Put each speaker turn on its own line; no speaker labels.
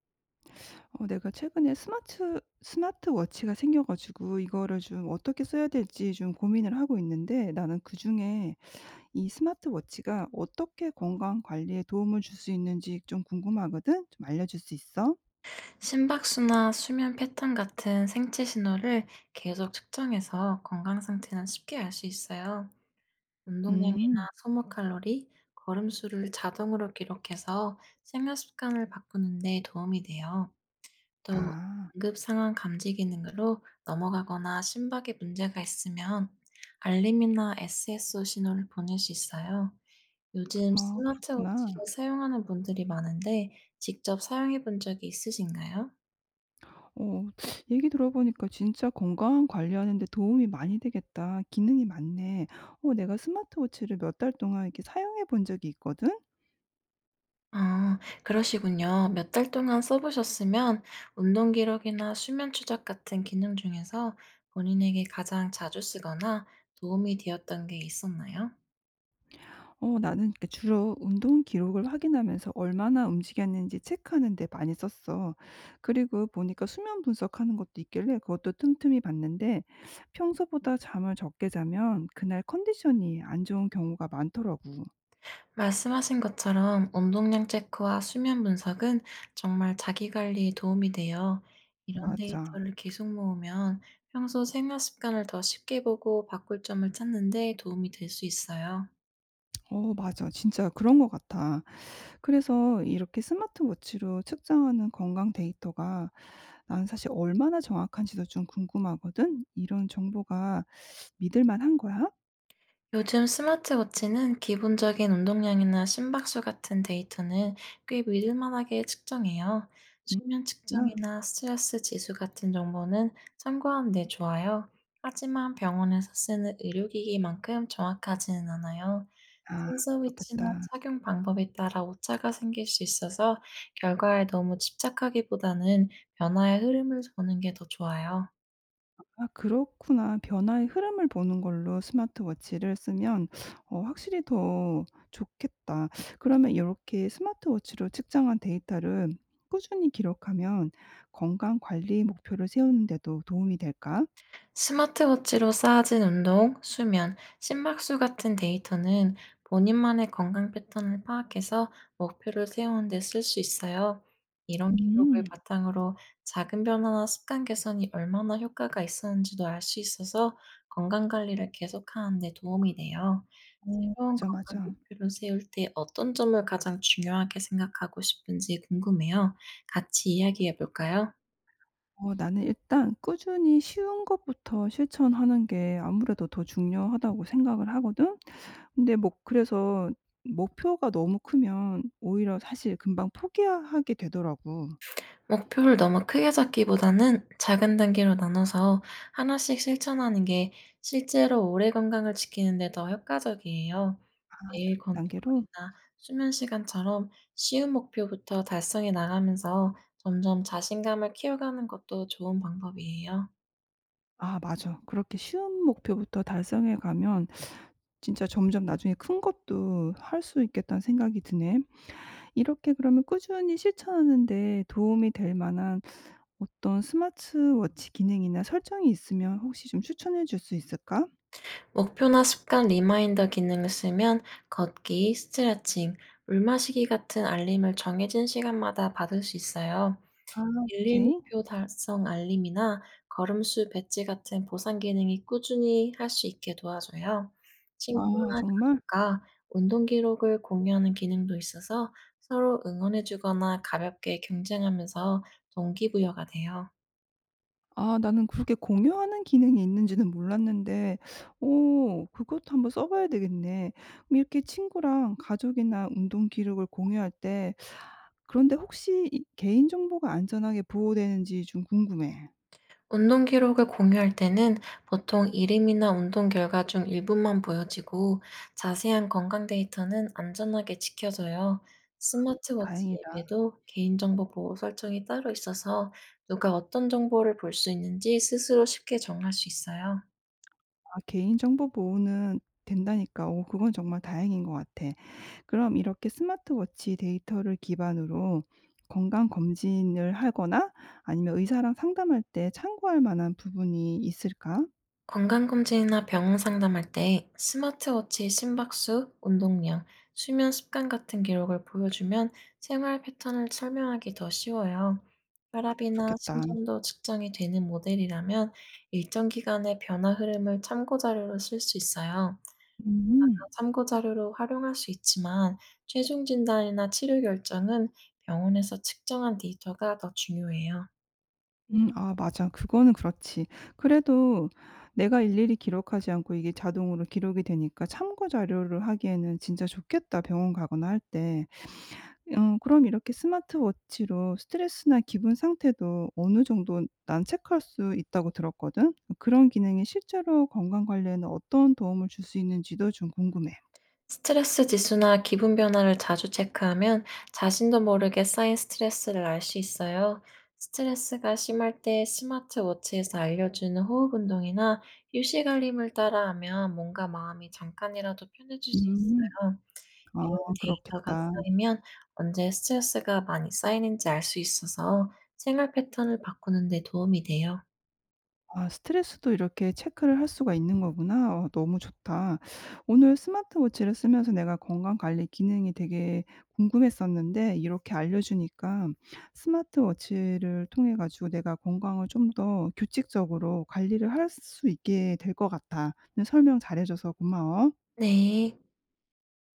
어 내가 최근에 스마트워치가 생겨 가지고 이거를 좀 어떻게 써야 될지 좀 고민을 하고 있는데 나는 그중에 이 스마트워치가 어떻게 건강 관리에 도움을 줄 수 있는지 좀 궁금하거든. 좀 알려 줄 수 있어?
심박수나 수면 패턴 같은 생체 신호를 계속 측정해서 건강 상태는 쉽게 알 수 있어요. 운동량이나
음.
소모 칼로리, 걸음수를 자동으로 기록해서 생활 습관을 바꾸는 데 도움이 돼요. 또
아.
응급 상황 감지 기능으로 넘어가거나 심박에 문제가 있으면 알림이나 SSO 신호를 보낼 수 있어요. 요즘
아 그렇구나.
스마트워치를 사용하는 분들이 많은데 직접 사용해 본 적이 있으신가요?
어 얘기 들어 보니까 진짜 건강 관리하는 데 도움이 많이 되겠다. 기능이 많네. 어 내가 스마트워치를 몇 달 동안 이렇게 사용해 본 적이 있거든.
아 그러시군요. 몇 달 동안 써 보셨으면 운동 기록이나 수면 추적 같은 기능 중에서 본인에게 가장 자주 쓰거나 도움이 되었던 게 있었나요?
어 나는 그 주로 운동 기록을 확인하면서 얼마나 움직였는지 체크하는 데 많이 썼어. 그리고 보니까 수면 분석하는 것도 있길래 그것도 틈틈이 봤는데 평소보다 잠을 적게 자면 그날 컨디션이 안 좋은 경우가 많더라고.
말씀하신 것처럼 운동량 체크와 수면 분석은 정말 자기 관리에 도움이 돼요. 이런
맞아.
데이터를 계속 모으면 평소 생활 습관을 더 쉽게 보고 바꿀 점을 찾는 데 도움이 될 수 있어요.
어 맞아. 진짜 그런 것 같아. 그래서 이렇게 스마트워치로 측정하는 건강 데이터가 난 사실 얼마나 정확한지도 좀 궁금하거든. 이런 정보가 믿을 만한 거야?
요즘 스마트워치는 기본적인 운동량이나 심박수 같은 데이터는 꽤 믿을 만하게 측정해요.
음.
수면
나
측정이나 스트레스 지수 같은 정보는 참고하는데 좋아요. 하지만 병원에서 쓰는 의료기기만큼 정확하지는 않아요.
아
센서 위치나
그렇겠다.
착용 방법에 따라 오차가 생길 수 있어서 결과에 너무 집착하기보다는 변화의 흐름을 보는 게 더 좋아요.
아 그렇구나. 변화의 흐름을 보는 걸로 스마트워치를 쓰면 어 확실히 더 좋겠다. 그러면 요렇게 스마트워치로 측정한 데이터를 꾸준히 기록하면 건강 관리 목표를 세우는 데도 도움이 될까?
스마트워치로 쌓아진 운동, 수면, 심박수 같은 데이터는 본인만의 건강 패턴을 파악해서 목표를 세우는 데 쓸 수 있어요. 이런 기록을
음.
바탕으로 작은 변화나 습관 개선이 얼마나 효과가 있었는지도 알 수 있어서 건강 관리를 계속하는 데 도움이 돼요.
어
새로운
맞아,
건강
맞아.
목표를 세울 때 어떤 점을 가장 중요하게 생각하고 싶은지 궁금해요. 같이 이야기해 볼까요?
어 나는 일단 꾸준히 쉬운 것부터 실천하는 게 아무래도 더 중요하다고 생각을 하거든. 근데 뭐 그래서 목표가 너무 크면 오히려 사실 금방 포기하게 되더라고.
목표를 너무 크게 잡기보다는 작은 단계로 나눠서 하나씩 실천하는 게 실제로 오래 건강을 지키는 데 더 효과적이에요.
아 작은
매일 걷는
단계로.
거리나 수면 시간처럼 쉬운 목표부터 달성해 나가면서 점점 자신감을 키워가는 것도 좋은 방법이에요.
아 맞아. 그렇게 쉬운 목표부터 달성해 가면 진짜 점점 나중에 큰 것도 할 수 있겠다는 생각이 드네. 이렇게 그러면 꾸준히 실천하는 데 도움이 될 만한 어떤 스마트워치 기능이나 설정이 있으면 혹시 좀 추천해 줄 수 있을까?
목표나 습관 리마인더 기능을 쓰면 걷기, 스트레칭, 물 마시기 같은 알림을 정해진 시간마다 받을 수 있어요.
아
일일
오케이.
목표 달성 알림이나 걸음수 배지 같은 보상 기능이 꾸준히 할 수 있게 도와줘요.
아
친구나
정말?
가족과 운동 기록을 공유하는 기능도 있어서 서로 응원해주거나 가볍게 경쟁하면서 동기부여가 돼요.
아 나는 그렇게 공유하는 기능이 있는지는 몰랐는데 어 그것도 한번 써 봐야 되겠네. 그럼 이렇게 친구랑 가족이나 운동 기록을 공유할 때 그런데 혹시 이 개인정보가 안전하게 보호되는지 좀 궁금해.
운동 기록을 공유할 때는 보통 이름이나 운동 결과 중 일부만 보여지고 자세한 건강 데이터는 안전하게 지켜져요. 스마트워치
다행이다. 아
앱에도 개인정보 보호 설정이 따로 있어서 누가 어떤 정보를 볼 수 있는지 스스로 쉽게 정할 수 있어요.
개인정보 보호는 된다니까 어 그건 정말 다행인 것 같아. 그럼 이렇게 스마트워치 데이터를 기반으로 건강 검진을 하거나 아니면 의사랑 상담할 때 참고할 만한 부분이 있을까?
건강검진이나 병원 상담할 때 스마트워치 심박수, 운동량, 수면 습관 같은 기록을 보여주면 생활 패턴을 설명하기 더 쉬워요. 혈압이나
그렇겠다.
심전도 측정이 되는 모델이라면 일정 기간의 변화 흐름을 참고 자료로 쓸 수 있어요.
음.
참고 자료로 활용할 수 있지만 최종 진단이나 치료 결정은 병원에서 측정한 데이터가 더 중요해요.
아 맞아. 그거는 그렇지. 그래도 내가 일일이 기록하지 않고 이게 자동으로 기록이 되니까 참고 자료를 하기에는 진짜 좋겠다 병원 가거나 할 때. 어 그럼 이렇게 스마트워치로 스트레스나 기분 상태도 어느 정도 난 체크할 수 있다고 들었거든. 그런 기능이 실제로 건강 관리에는 어떤 도움을 줄 수 있는지도 좀 궁금해.
스트레스 지수나 기분 변화를 자주 체크하면 자신도 모르게 쌓인 스트레스를 알 수 있어요. 스트레스가 심할 때 스마트워치에서 알려주는 호흡 운동이나 휴식 알림을 따라하면 뭔가 마음이 잠깐이라도 편해질 수
음.
있어요.
아
이런 데이터가
그렇겠다.
쌓이면 언제 스트레스가 많이 쌓이는지 알 수 있어서 생활 패턴을 바꾸는 데 도움이 돼요.
아 스트레스도 이렇게 체크를 할 수가 있는 거구나. 어 너무 좋다. 오늘 스마트워치를 쓰면서 내가 건강 관리 기능이 되게 궁금했었는데 이렇게 알려 주니까 스마트워치를 통해 가지고 내가 건강을 좀 더 규칙적으로 관리를 할 수 있게 될 것 같아. 오늘 설명 잘해 줘서 고마워.
네.